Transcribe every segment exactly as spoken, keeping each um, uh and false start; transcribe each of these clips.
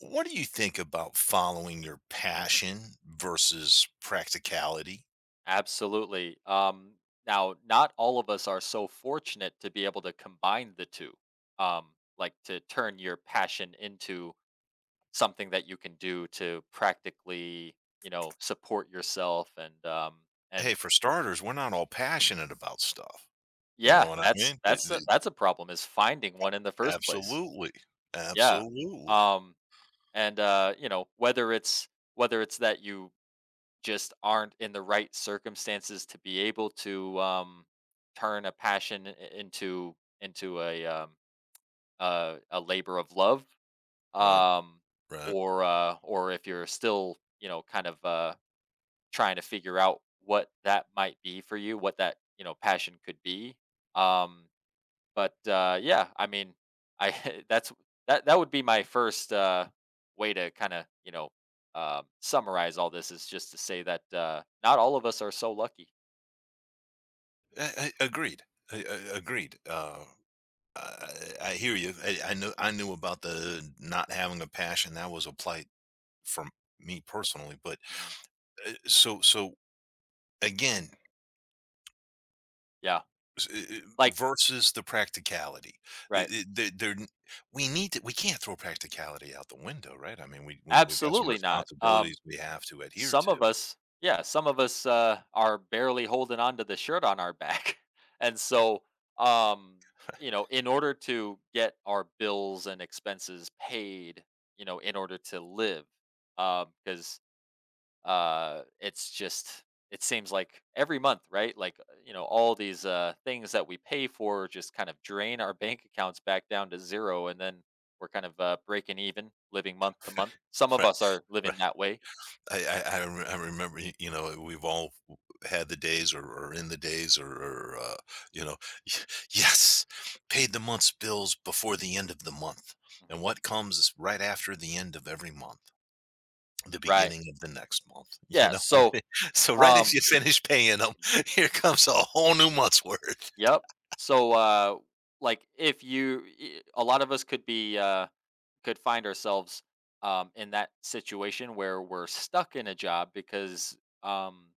What do you think about following your passion versus practicality? Absolutely. Um, now, not all of us are so fortunate to be able to combine the two, um, like to turn your passion into something that you can do to practically, you know, support yourself and um, and Hey, for starters, we're not all passionate about stuff. You know yeah, what I that's mean? The- that's a, the- that's a problem is finding one in the first place. absolutely, Yeah, absolutely, um, and uh, you know whether it's whether it's that you just aren't in the right circumstances to be able to um, turn a passion i- into into a um, a, a labor of love, right, um, right. or uh, or if you're still you know kind of uh, trying to figure out what that might be for you, what that you know passion could be. Um, but, uh, yeah, I mean, I that's that that would be my first, uh, way to kinda, you know, um, summarize all this is just to say that, uh, not all of us are so lucky. I, I, agreed. I, I, agreed. Uh, I, I hear you. I, I knew I knew about the not having a passion. That was a plight for me personally. But Mhm. uh, so so again, Yeah, S- i- i- like versus the practicality. The- right. the- the- there n- we need to, we can't throw practicality out the window, right? I mean, we, we we've got some Absolutely not. Um, responsibilities we have to adhere some of to. us yeah, some of us, uh, are barely holding on to the shirt on our back. And so, um, you know, in order to get our bills and expenses paid, you know, in order to live, because. Uh, it's just it seems like every month, right? Like uh, you know, all these uh, things that we pay for just kind of drain our bank accounts back down to zero, and then we're kind of uh, breaking even, living month to month. Some of Right, us are right. living that way. I I, I, rem- I remember, y- you know, we've all w- had the days, or, or in the days, or, or uh, you know, yes, paid the month's bills before the end of the month, and Mhm. what comes right after the end of every month, the Right? beginning of the next month. You Yeah. know, So, so right as um, you finish paying them, here comes a whole new month's worth. yep. So, uh, like, if you, I- a lot of us could be uh, could find ourselves um, in that situation where we're stuck in a job because um,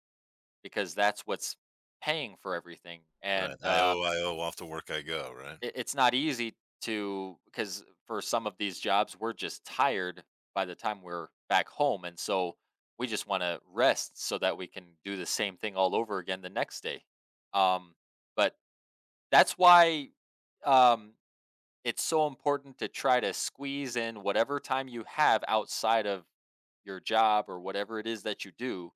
because that's what's paying for everything. Right. And I owe, um, I owe off the work I go, right? it, it's not easy to because for some of these jobs, we're just tired by the time we're back home, and so we just want to rest so that we can do the same thing all over again the next day. Um, but that's why um, it's so important to try to squeeze in whatever time you have outside of your job or whatever it is that you do,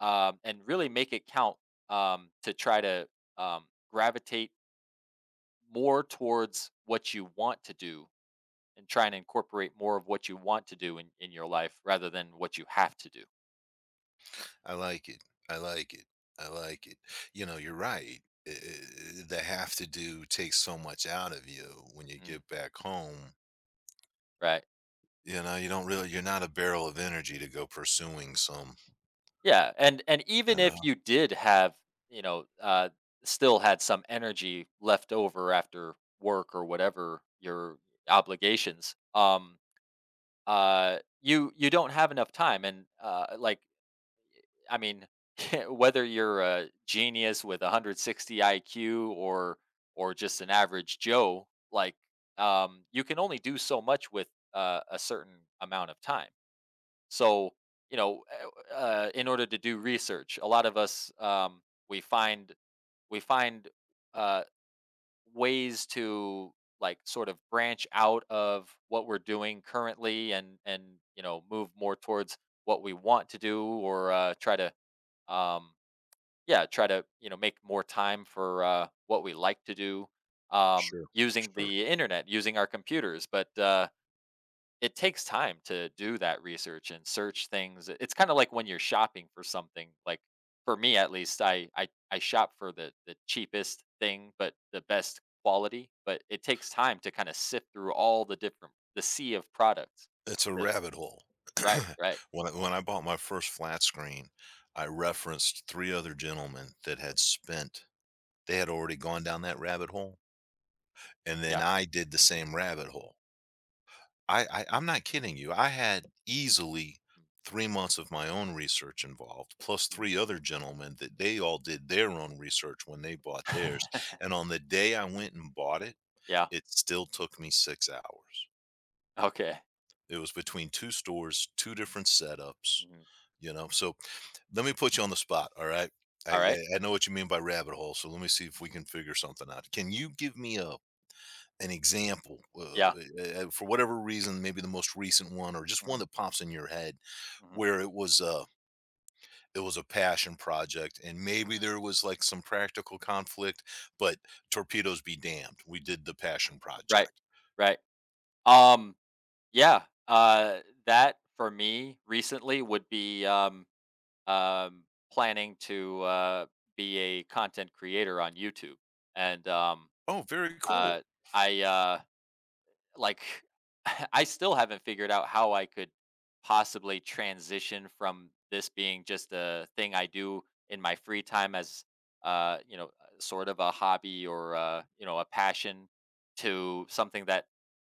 um, and really make it count, um, to try to um, gravitate more towards what you want to do and try and incorporate more of what you want to do in, in your life rather than what you have to do. I like it. I like it. I like it. You know, you're right. Uh, The have to do takes so much out of you when you Mm, get back home. right. You know, you don't really, you're not a barrel of energy to go pursuing some, Yeah, and and even you if know? you did have you know uh, still had some energy left over after work or whatever your obligations um uh you you don't have enough time and uh like I mean, whether you're a genius with one hundred sixty I Q or or just an average Joe, like um, you can only do so much with uh, a certain amount of time. So you know, uh, uh, in order to do research, a lot of us, um, we find we find uh, ways to like sort of branch out of what we're doing currently and and you know move more towards what we want to do or uh, try to, um, yeah try to you know make more time for uh, what we like to do, um, Sure. using Sure. the internet using our computers but uh, it takes time to do that research and search things. It's kind of like when you're shopping for something like for me at least i i, I shop for the, the cheapest thing but the best quality, but it takes time to kind of sift through all the different the sea of products It's a that, rabbit hole. right right. When, I, when I bought my first flat screen, I referenced three other gentlemen that had spent. They had already gone down that rabbit hole, and then Yeah. I did the same rabbit hole. I, I I'm not kidding you. I had easily three months of my own research involved, plus Mhm. three other gentlemen that they all did their own research when they bought theirs. And on the day I went and bought it, yeah it still took me six hours. okay. It was between two stores, two different setups. Mhm. You know, so let me put you on the spot. All right. I, All right. I I know what you mean by rabbit hole. So let me see if we can figure something out. Can you give me a An example, uh, Yeah. eh, eh, for whatever reason, maybe the most recent one or just one Mhm. that pops in your head Mhm. where it was a it was a passion project and maybe there was like some practical conflict, but torpedoes be damned. We did the passion Right. project. Right. Um, yeah, uh, that for me recently would be, um, um, planning to, uh, be a content creator on YouTube, and, um, Oh, very uh, cool. I, uh like I still haven't figured out how I could possibly transition from this being just a thing I do in my free time as uh you know uh, sort of a hobby or uh you know a passion to something that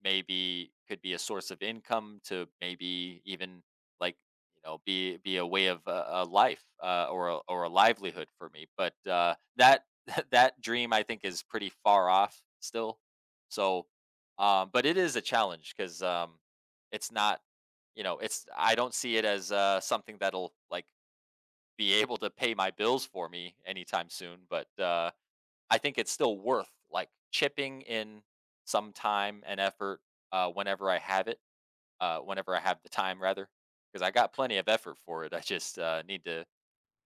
maybe could be a source of income to maybe even like you know be be a way of uh, a life uh, or a, or a livelihood for me but uh that that dream I think is pretty far off still. So um, but it is a challenge because um, it's not, you know, it's I don't see it as uh, something that'll like be able to pay my bills for me anytime soon. But uh, I think it's still worth like chipping in some time and effort, uh, whenever I have it, uh, whenever I have the time rather, because I got plenty of effort for it. I just uh, need to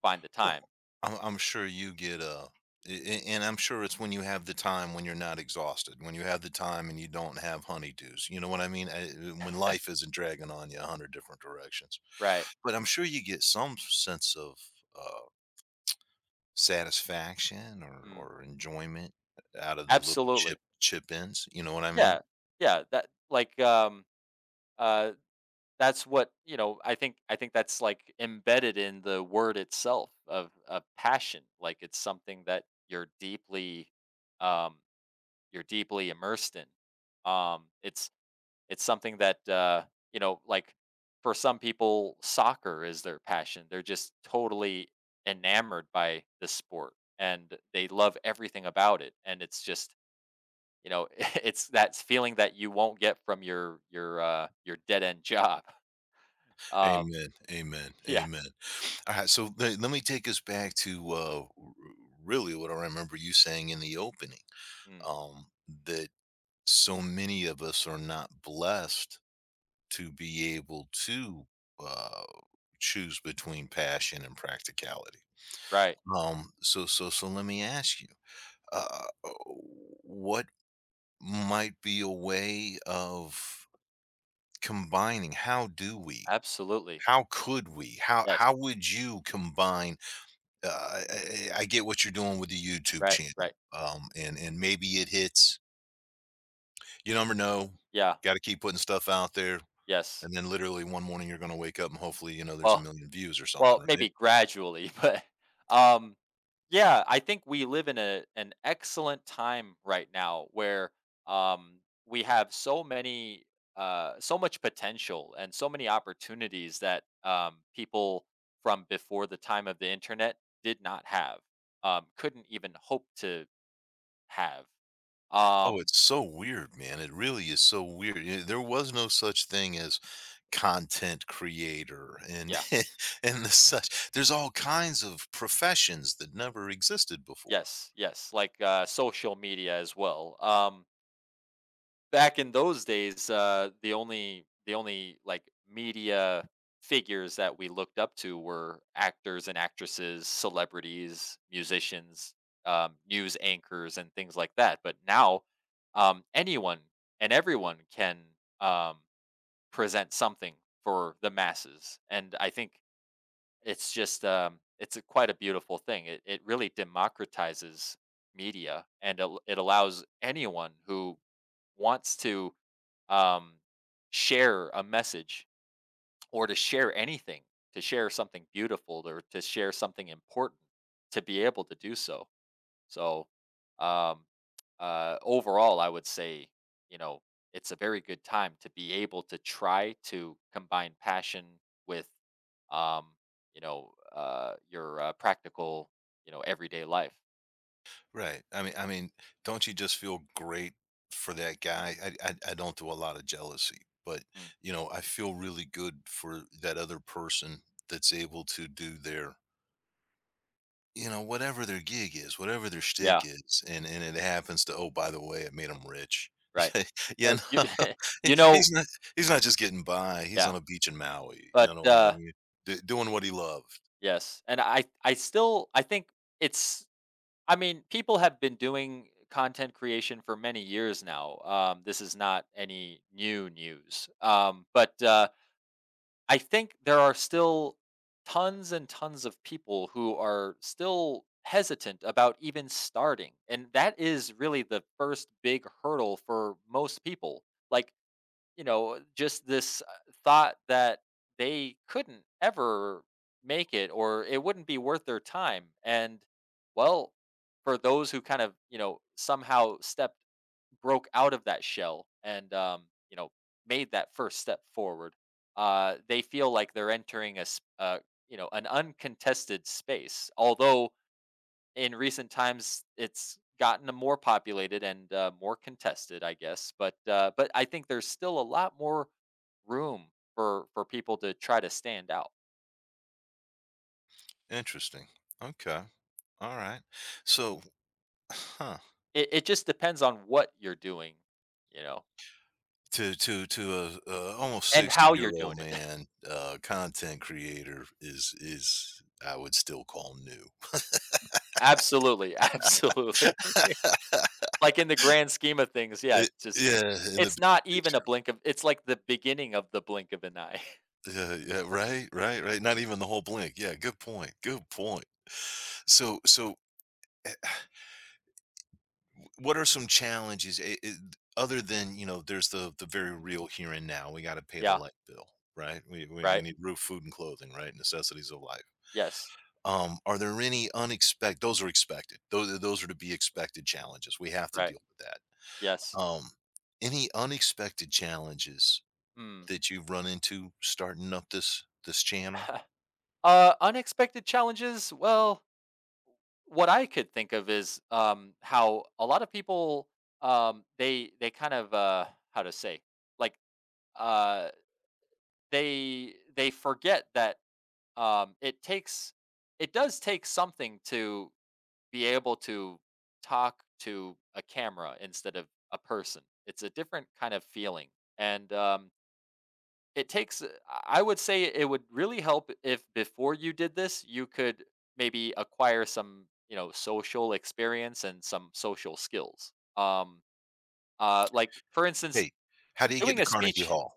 find the Well, time. I'm, I'm sure you get uh, a, and I'm sure it's when you have the time when you're not exhausted, when you have the time and you don't have honeydews. You know what I mean? I, uh, when life isn't dragging on you a hundred different directions. Right. But I'm sure you get some sense of uh, satisfaction or Mm, or enjoyment out of the little absolutely. chip chip ins. You know what I mean? Yeah. Yeah. That like um, uh, that's what, you know, I think I think that's, like, embedded in the word itself of a passion, like, it's something that you're deeply, um you're deeply immersed in. Um, it's it's something that, uh, you know, like, for some people, soccer is their passion. They're just totally enamored by the sport, and they love everything about it, and it's just, you know, it's that feeling that you won't get from your your, uh, your dead-end job. Um, Amen. Amen. yeah. Amen. All right, so le- let me take us back to uh, r- really what I remember you saying in the opening. Mm, Um, that so many of us are not blessed to be able to uh, choose between passion and practicality. right. Um, so, so, so, let me ask you, uh, what might be a way of combining? How do we? Absolutely. How could we? How Yes. how would you combine? Uh, I, Mhm. I I get what you're doing with the YouTube Right, channel, right. um, and and maybe it hits. You never know. Yeah, Got to keep putting stuff out there. yes. And then literally one morning you're gonna wake up and hopefully, you know, there's a Well, million views or something, well, right? maybe gradually, but, um, yeah, I think we live in a an excellent time right now where, um, we have so many, uh so much potential and so many opportunities that, um, people from before the time of the internet did not have, um, couldn't even hope to have. Oh, Um, it's so weird, man. It really is so weird. Yeah, there was no such thing as content creator and yeah. and the such. There's all kinds of professions that never existed before. Yes, yes, like, uh, social media as well. Um, back in those days, uh, the only the only, like, media figures that we looked up to were actors and actresses, celebrities, musicians, um, news anchors, and things like that, but now, um, anyone and everyone can, um, present something for the masses, and I think it's just, um, it's a quite a beautiful thing. It it really democratizes media, and al it allows anyone who wants to, um, share a message or to share anything, to share something beautiful or to share something important to be able to do so. So, um, uh, overall, I would say, you know, it's a very good time to be able to try to combine passion with, um, you know, uh, your uh, practical, you know, everyday life. Right. I mean I mean, don't you just feel great for that guy? I I, I don't do a lot of jealousy, but Mm. you know, I feel really good for that other person that's able to do their, you know, whatever their gig is, whatever their Yeah, shtick is, and and it happens to, oh, by the way, it made him rich. right. Yeah, you Uh, you, know, he- you know, he's not he's not just getting by. He's on yeah, a beach in Maui. You but know what I uh, mean? D- doing what he loved. yes, and I, I still, I think it's I mean, people have been doing content creation for many years now. Um, this is not any new news. Um, but uh, I think there are still tons and tons of people who are still hesitant about even starting. And that is really the first big hurdle for most people. Like, you know, just this uh, thought that they couldn't ever make it or it wouldn't be worth their time. And well, for those who kind of, you know, somehow stepped, broke out of that shell and, um, you know, made that first step forward, uh, they feel like they're entering a, s- uh, you know, an uncontested space. Although in recent times it's gotten more populated and uh, more contested, I guess. But uh, but I think there's still a lot more room for for people to try to stand out. Interesting. Okay. All right. So, huh? It, it just depends on what you're doing, you know, To to to a, a Almost and sixty how year you're old doing it. man, uh, content creator is is I would still call new. Absolutely, absolutely. Like in the grand scheme of things, yeah, It, it's just yeah, in the it's not even a blink of it's like the beginning of the blink of an eye. Yeah, yeah, right, right, right. Not even the whole blink. Yeah, good point. Good point. So, so eh, eh, what are some challenges eh, eh, other than, you know, there's the the very Mhm. real here and now. We got to pay the Yeah, light bill, right? We, we we right. need roof, food, and clothing, right? Necessities of life. Yes, Um, are there any unexpected? Those are expected. Those are- those are to be expected challenges. We have to right. deal with that. Yes. Um, any unexpected challenges Hmm. that you've run into starting up this this channel? Uh, unexpected challenges. Well, what I could think of is um, how a lot of people, um, they they kind of uh, how to say like uh, they they forget that um, it takes it does take something to be able to talk to a camera instead of a person. It's a different kind of feeling, and um, it takes, uh, I would say it would really help if before you did this, you could maybe acquire some, you know, social experience and some social skills. Um, uh, like for instance, Hey, how do you get doing to a Carnegie speech. Hall?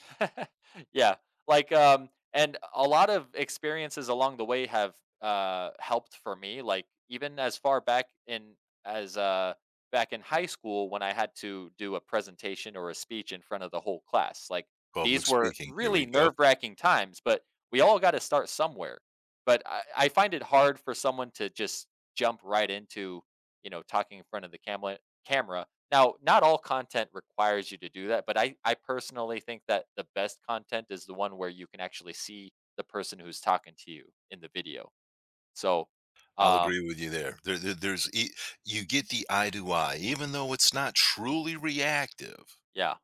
Yeah, like um, and a lot of experiences along the way have uh helped for me. Like even as far back in as uh back in high school when I had to do a presentation or a speech in front of the whole class. Like Public these were speaking. Here really we go. nerve wracking times, but we all got to start somewhere. But I, I find it hard for someone to just jump right into you know talking in front of the camera camera now, not all content requires you to do that, but I I personally think that the best content is the one where you can actually see the person who's talking to you in the video. So, I'll um, agree with you there. There, there there's e You get the eye to eye, even though it's not truly reactive, yeah,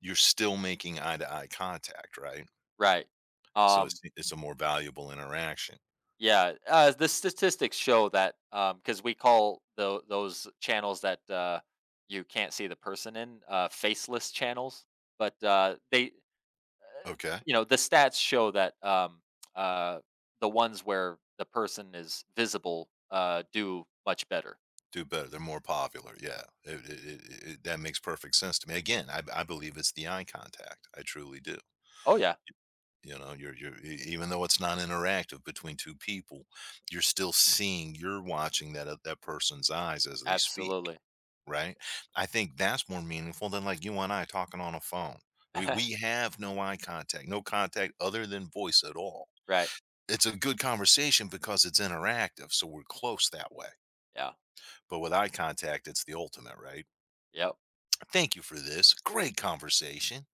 you're still making eye to eye contact, right? right. So Um, it's it's a more valuable interaction. yeah, uh, the statistics show that um, because we call tho- those channels that uh, you can't see the person in, uh, faceless channels, but uh, they Okay. you know, the stats show that um, uh, the ones where the person is visible uh, do much better. Do better. They're more popular. Yeah. It, it, it, it, that makes perfect sense to me. Again, I, I believe it's the eye contact. I truly do. Oh yeah, You know you're you're e- even though it's not interactive between two people, you're still seeing, you're watching that uh, that person's eyes as they speak, absolutely. right? I think that's more meaningful than like you and I talking on a phone. We we have no eye contact, no contact other than voice at all. Right. It's a good conversation because it's interactive, so we're close that way, Yeah. but with eye contact it's the ultimate, right? Yep. Thank you for this great conversation.